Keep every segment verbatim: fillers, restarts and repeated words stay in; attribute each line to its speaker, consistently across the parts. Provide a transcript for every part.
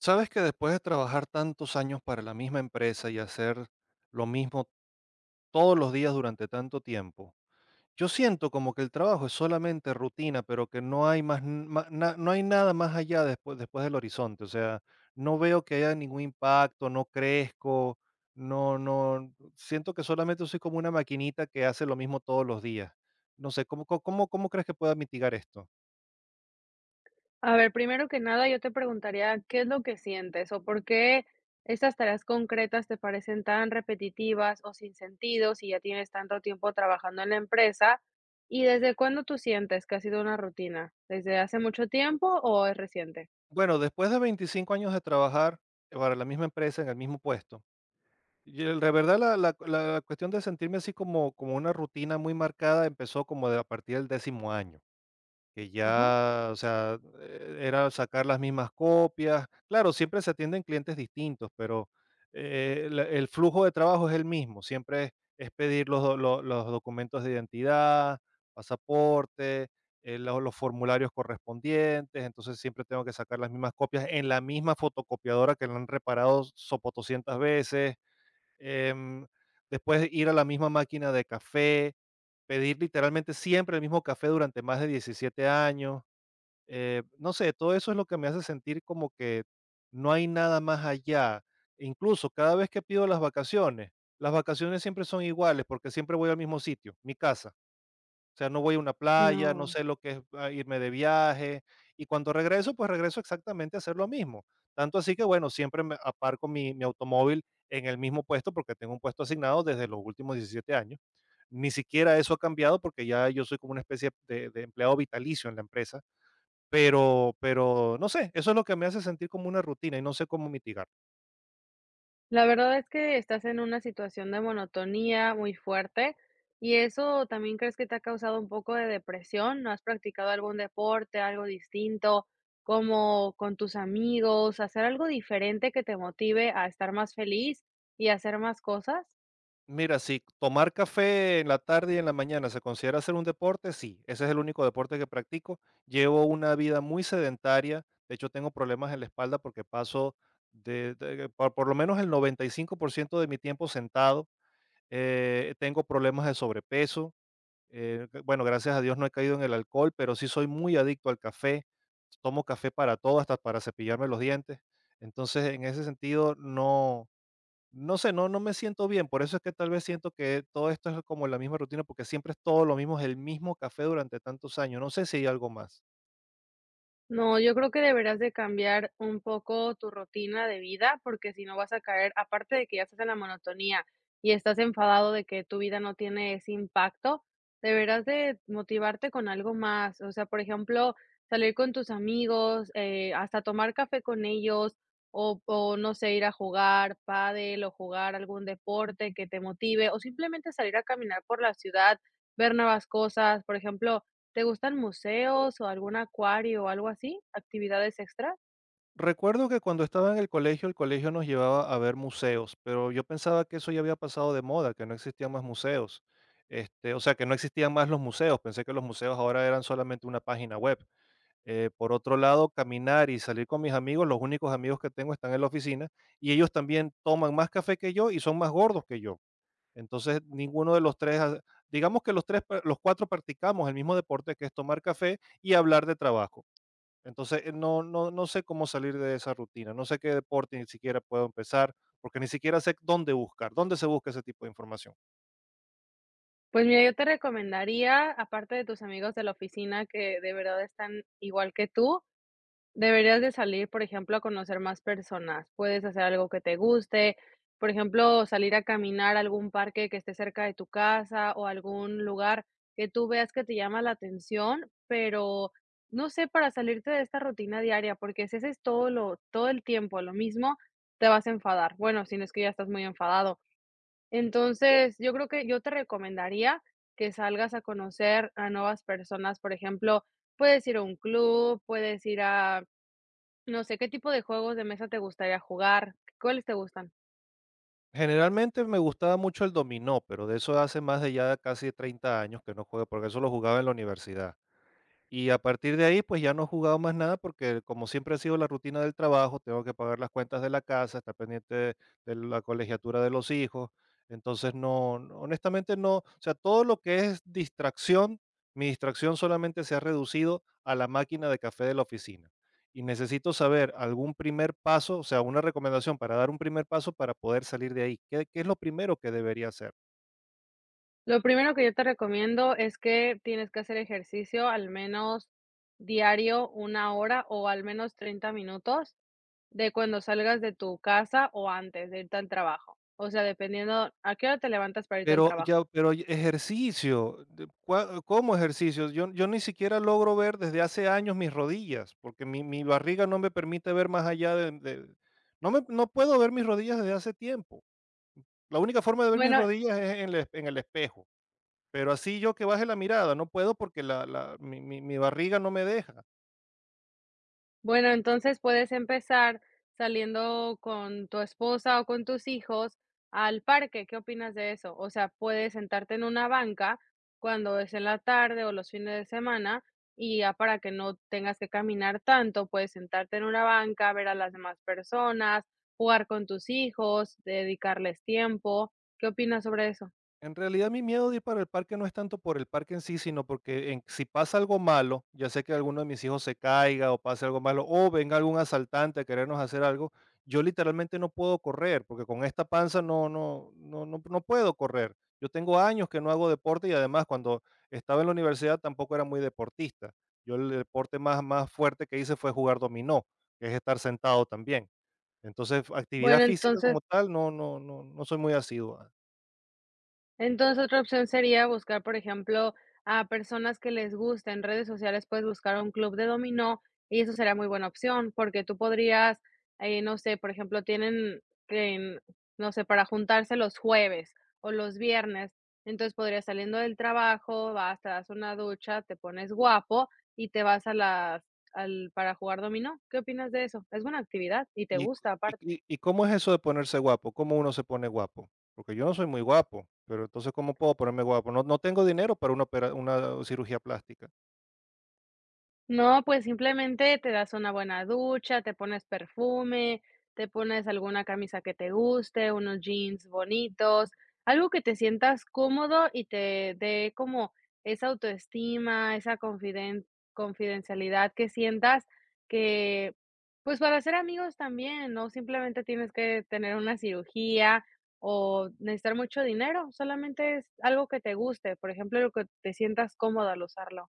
Speaker 1: Sabes que después de trabajar tantos años para la misma empresa y hacer lo mismo todos los días durante tanto tiempo, yo siento como que el trabajo es solamente rutina, pero que no hay más, n- ma- na- no hay nada más allá después, después del horizonte. O sea, no veo que haya ningún impacto, no crezco, no, no, siento que solamente soy como una maquinita que hace lo mismo todos los días. No sé, ¿cómo, cómo, cómo cómo crees que pueda mitigar esto?
Speaker 2: A ver, primero que nada, yo te preguntaría, ¿qué es lo que sientes o por qué estas tareas concretas te parecen tan repetitivas o sin sentido si ya tienes tanto tiempo trabajando en la empresa? ¿Y desde cuándo tú sientes que ha sido una rutina? ¿Desde hace mucho tiempo o es reciente?
Speaker 1: Bueno, después de veinticinco años de trabajar para la misma empresa en el mismo puesto, y el de verdad la la la cuestión de sentirme así como como una rutina muy marcada empezó como de a partir del décimo año, que
Speaker 2: Ajá.
Speaker 1: ya, o sea, eh, era sacar las mismas copias. Claro, siempre se atienden clientes distintos, pero, eh, la el flujo de trabajo es el mismo, siempre es es pedir los do lo los documentos de identidad, pasaporte, eh, lo los formularios correspondientes, entonces siempre tengo que sacar las mismas copias en la misma fotocopiadora que la han reparado sopotoscientas veces. Em, Después ir a la misma máquina de café, pedir literalmente siempre el mismo café durante más de diecisiete años. Eh, no sé, todo eso es lo que me hace sentir como que no hay nada más allá. E incluso cada vez que pido las vacaciones, las vacaciones siempre son iguales porque siempre voy al mismo sitio, mi casa. O sea, no voy a una playa, no
Speaker 2: No.
Speaker 1: sé lo que es, ah, irme de viaje, y cuando regreso, pues regreso exactamente a hacer lo mismo. Tanto así que, bueno, siempre me aparco mi mi automóvil en el mismo puesto, porque tengo un puesto asignado desde los últimos diecisiete años. Ni siquiera eso ha cambiado, porque ya yo soy como una especie de de empleado vitalicio en la empresa, pero pero no sé, eso es lo que me hace sentir como una rutina y no sé cómo mitigar.
Speaker 2: La verdad es que estás en una situación de monotonía muy fuerte y eso también crees que te ha causado un poco de depresión. ¿No has practicado algún deporte, algo distinto, como con tus amigos, hacer algo diferente que te motive a estar más feliz y hacer más cosas?
Speaker 1: Mira, si tomar café en la tarde y en la mañana se considera hacer un deporte, sí, ese es el único deporte que practico. Llevo una vida muy sedentaria, de hecho tengo problemas en la espalda porque paso de, de- por, por lo menos el noventa y cinco por ciento de mi tiempo sentado. Eh, tengo problemas de sobrepeso. Eh, g- bueno, gracias a Dios no he caído en el alcohol, pero sí soy muy adicto al café. Tomo café para todo, hasta para cepillarme los dientes. Entonces, en ese sentido, no, no sé, no, no me siento bien, por eso es que tal vez siento que todo esto es como la misma rutina, porque siempre es todo lo mismo, es el mismo café durante tantos años, no sé si hay algo más.
Speaker 2: No, yo creo que deberás de cambiar un poco tu rutina de vida, porque si no vas a caer, aparte de que ya estás en la monotonía y estás enfadado de que tu vida no tiene ese impacto, deberás de motivarte con algo más. O sea, por ejemplo, salir con tus amigos, eh, hasta tomar café con ellos, o, o no sé, ir a jugar pádel o jugar algún deporte que te motive, o simplemente salir a caminar por la ciudad, ver nuevas cosas. Por ejemplo, ¿te gustan museos o algún acuario o algo así? ¿Actividades extra?
Speaker 1: Recuerdo que cuando estaba en el colegio, el colegio nos llevaba a ver museos, pero yo pensaba que eso ya había pasado de moda, que no existían más museos. Este, o sea, que no existían más los museos, pensé que los museos ahora eran solamente una página web. Eh, por otro lado, caminar y salir con mis amigos, los únicos amigos que tengo están en la oficina y ellos también toman más café que yo y son más gordos que yo. Entonces, ninguno de los tres, ha- digamos que los tres, pa- los cuatro practicamos el mismo deporte, que es tomar café y hablar de trabajo. Entonces, eh, no, no, no sé cómo salir de esa rutina, no sé qué deporte ni siquiera puedo empezar, porque ni siquiera sé dónde buscar, dónde se busca ese tipo de información.
Speaker 2: Pues mira, yo te recomendaría, aparte de tus amigos de la oficina que de verdad están igual que tú, deberías de salir, por ejemplo, a conocer más personas. Puedes hacer algo que te guste, por ejemplo, salir a caminar a algún parque que esté cerca de tu casa o algún lugar que tú veas que te llama la atención, pero no sé, para salirte de esta rutina diaria, porque si haces todo lo todo el tiempo lo mismo, te vas a enfadar. Bueno, si no es que ya estás muy enfadado. Entonces, yo creo que yo te recomendaría que salgas a conocer a nuevas personas, por ejemplo, puedes ir a un club, puedes ir a no sé, ¿qué tipo de juegos de mesa te gustaría jugar? ¿Cuáles te gustan?
Speaker 1: Generalmente me gustaba mucho el dominó, pero de eso hace más de ya casi treinta años que no juego, porque eso lo jugaba en la universidad. Y a partir de ahí, pues ya no he jugado más nada porque como siempre ha sido la rutina del trabajo, tengo que pagar las cuentas de la casa, estar pendiente de de la colegiatura de los hijos. Entonces, no, no, honestamente no, o sea, todo lo que es distracción, mi distracción solamente se ha reducido a la máquina de café de la oficina. Y necesito saber algún primer paso, o sea, una recomendación para dar un primer paso para poder salir de ahí. ¿Qué, qué es lo primero que debería hacer?
Speaker 2: Lo primero que yo te recomiendo es que tienes que hacer ejercicio al menos diario una hora o al menos treinta minutos de cuando salgas de tu casa o antes de irte al trabajo. O sea, dependiendo a qué hora te levantas para irte al
Speaker 1: Pero
Speaker 2: trabajo.
Speaker 1: ya, pero y- ejercicio, de cua ¿cómo ejercicio? Yo yo ni siquiera logro ver desde hace años mis rodillas, porque mi mi barriga no me permite ver más allá de de no me no puedo ver mis rodillas desde hace tiempo. La única forma de ver mis
Speaker 2: Bueno,
Speaker 1: rodillas es en el es- en el espejo, pero así yo que baje la mirada, no puedo porque la la mi mi mi barriga no me deja.
Speaker 2: Bueno, entonces puedes empezar saliendo con tu esposa o con tus hijos al parque, ¿qué opinas de eso? O sea, puedes sentarte en una banca cuando es en la tarde o los fines de semana y ya para que no tengas que caminar tanto, puedes sentarte en una banca, ver a las demás personas, jugar con tus hijos, dedicarles tiempo. ¿Qué opinas sobre eso?
Speaker 1: En realidad, mi miedo de ir para el parque no es tanto por el parque en sí, sino porque en- si pasa algo malo, ya sea que alguno de mis hijos se caiga o pase algo malo, o venga algún asaltante a querernos hacer algo, yo literalmente no puedo correr, porque con esta panza no, no, no, no, no puedo correr. Yo tengo años que no hago deporte y además cuando estaba en la universidad tampoco era muy deportista. Yo el deporte más, más fuerte que hice fue jugar dominó, que es estar sentado también. Entonces, actividad
Speaker 2: Bueno,
Speaker 1: física
Speaker 2: entonces
Speaker 1: como tal, no, no, no, no soy muy asiduo.
Speaker 2: Entonces, otra opción sería buscar, por ejemplo, a personas que les guste. En redes sociales puedes buscar un club de dominó y eso sería muy buena opción, porque tú podrías, eh, no sé, por ejemplo, tienen que, en- no sé, para juntarse los jueves o los viernes. Entonces podrías saliendo del trabajo, vas, te das una ducha, te pones guapo y te vas a las, al, para jugar dominó. ¿Qué opinas de eso? Es buena actividad y te
Speaker 1: ¿Y, cu-
Speaker 2: gusta aparte.
Speaker 1: y, y- y cómo es eso de ponerse guapo? ¿Cómo uno se pone guapo? Porque yo no soy muy guapo, pero entonces ¿cómo puedo ponerme guapo? No, no tengo dinero para una, opera- una cirugía plástica.
Speaker 2: No, pues simplemente te das una buena ducha, te pones perfume, te pones alguna camisa que te guste, unos jeans bonitos, algo que te sientas cómodo y te dé como esa autoestima, esa confiden confidencialidad que sientas que, pues para ser amigos también, no simplemente tienes que tener una cirugía o necesitar mucho dinero, solamente es algo que te guste, por ejemplo, lo que te sientas cómodo al usarlo.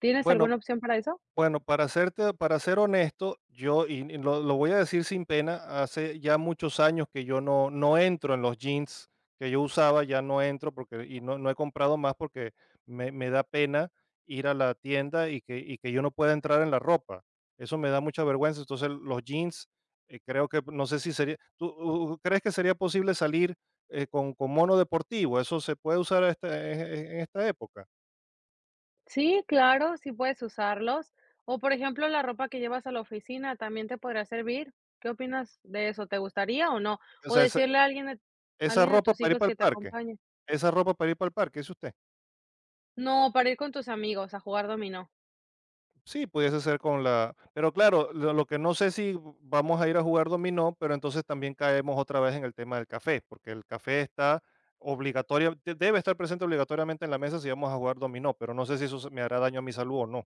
Speaker 2: ¿Tienes
Speaker 1: Bueno,
Speaker 2: alguna opción para eso?
Speaker 1: Bueno, para serte, para ser honesto, yo, y y lo, lo voy a decir sin pena, hace ya muchos años que yo no, no entro en los jeans que yo usaba, ya no entro porque, y no, no he comprado más porque me, me da pena ir a la tienda y que, y que yo no pueda entrar en la ropa. Eso me da mucha vergüenza. Entonces, los jeans, eh, creo que, no sé si sería, ¿tú uh, crees que sería posible salir eh, con, con mono deportivo? ¿Eso se puede usar a esta- en en- en esta época?
Speaker 2: Sí, claro, sí puedes usarlos. O, por ejemplo, la ropa que llevas a la oficina también te podrá servir. ¿Qué opinas de eso? ¿Te gustaría o no?
Speaker 1: O
Speaker 2: O
Speaker 1: sea, esa,
Speaker 2: decirle a alguien de a
Speaker 1: esa
Speaker 2: alguien de
Speaker 1: ropa
Speaker 2: tus
Speaker 1: para ir
Speaker 2: hijos
Speaker 1: para
Speaker 2: que
Speaker 1: el
Speaker 2: te
Speaker 1: parque.
Speaker 2: acompañe.
Speaker 1: Esa ropa para ir para el parque, dice usted.
Speaker 2: No, para ir con tus amigos a jugar dominó.
Speaker 1: Sí, pudiese ser con la, pero claro, lo lo que no sé si vamos a ir a jugar dominó, pero entonces también caemos otra vez en el tema del café, porque el café está obligatoria de- debe estar presente obligatoriamente en la mesa si vamos a jugar dominó, pero no sé si eso se- me hará daño a mi salud o no.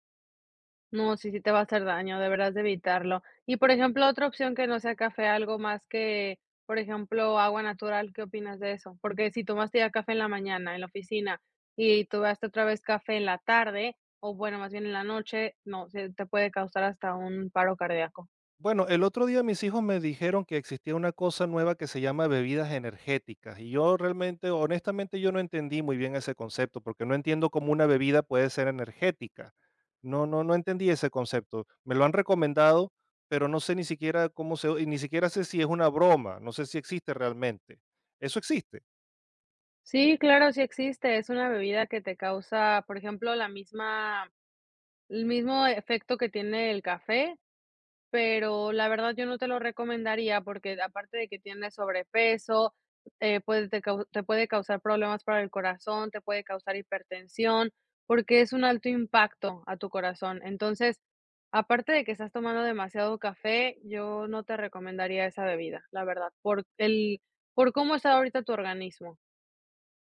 Speaker 2: No, sí, sí te va a hacer daño, deberás de evitarlo. Y, por ejemplo, otra opción que no sea café, algo más que, por ejemplo, agua natural, ¿qué opinas de eso? Porque si tomaste ya café en la mañana, en la oficina, y tomaste otra vez café en la tarde, o bueno, más bien en la noche, no, se te puede causar hasta un paro cardíaco.
Speaker 1: Bueno, el otro día mis hijos me dijeron que existía una cosa nueva que se llama bebidas energéticas y yo realmente, honestamente, yo no entendí muy bien ese concepto porque no entiendo cómo una bebida puede ser energética. No, no, no entendí ese concepto. Me lo han recomendado, pero no sé ni siquiera cómo se, y ni siquiera sé si es una broma, no sé si existe realmente. ¿Eso existe?
Speaker 2: Sí, claro, sí existe. Es una bebida que te causa, por ejemplo, la misma, el mismo efecto que tiene el café. Pero la verdad yo no te lo recomendaría porque aparte de que tienes sobrepeso, eh, puede te cau te puede causar problemas para el corazón, te puede causar hipertensión, porque es un alto impacto a tu corazón. Entonces, aparte de que estás tomando demasiado café, yo no te recomendaría esa bebida, la verdad, por el por cómo está ahorita tu organismo.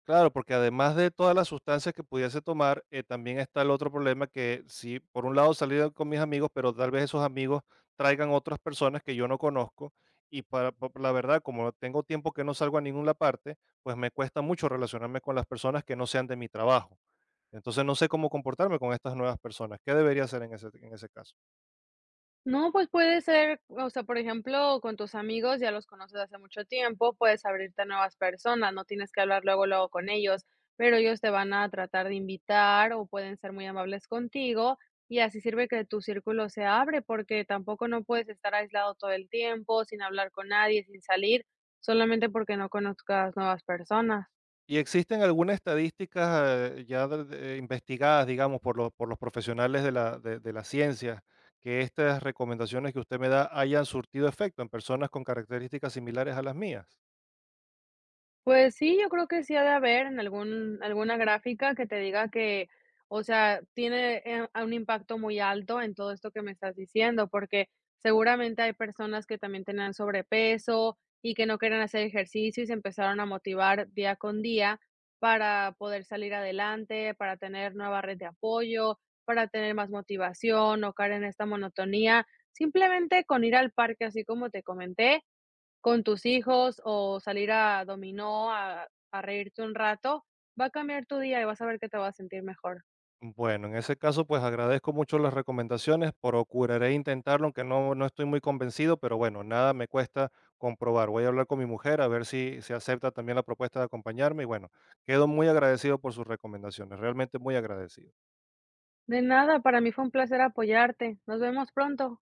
Speaker 1: Claro, porque además de todas las sustancias que pudiese tomar, eh, también está el otro problema, que si por un lado salir con mis amigos, pero tal vez esos amigos traigan otras personas que yo no conozco y para, pa- la verdad, como tengo tiempo que no salgo a ninguna parte, pues me cuesta mucho relacionarme con las personas que no sean de mi trabajo. Entonces no sé cómo comportarme con estas nuevas personas. ¿Qué debería hacer en ese, en ese caso?
Speaker 2: No, pues puede ser, o sea, por ejemplo, con tus amigos ya los conoces hace mucho tiempo, puedes abrirte a nuevas personas, no tienes que hablar luego, luego con ellos, pero ellos te van a tratar de invitar o pueden ser muy amables contigo y así sirve que tu círculo se abre porque tampoco no puedes estar aislado todo el tiempo, sin hablar con nadie, sin salir, solamente porque no conozcas nuevas personas.
Speaker 1: ¿Y existen algunas estadísticas, eh, ya de- de- investigadas, digamos, por, lo- por los profesionales de la, de, de la ciencia, que estas recomendaciones que usted me da hayan surtido efecto en personas con características similares a las mías?
Speaker 2: Pues sí, yo creo que sí ha de haber en algún alguna gráfica que te diga que, o sea, tiene, eh, un impacto muy alto en todo esto que me estás diciendo, porque seguramente hay personas que también tenían sobrepeso y que no querían hacer ejercicio y se empezaron a motivar día con día para poder salir adelante, para tener nueva red de apoyo, para tener más motivación, no caer en esta monotonía. Simplemente con ir al parque, así como te comenté, con tus hijos o salir a dominó, a a reírte un rato, va a cambiar tu día y vas a ver que te vas a sentir mejor.
Speaker 1: Bueno, en ese caso, pues agradezco mucho las recomendaciones, procuraré intentarlo, aunque no, no estoy muy convencido, pero bueno, nada me cuesta comprobar. Voy a hablar con mi mujer a ver si se acepta también la propuesta de acompañarme y bueno, quedo muy agradecido por sus recomendaciones, realmente muy agradecido.
Speaker 2: De nada, para mí fue un placer apoyarte. Nos vemos pronto.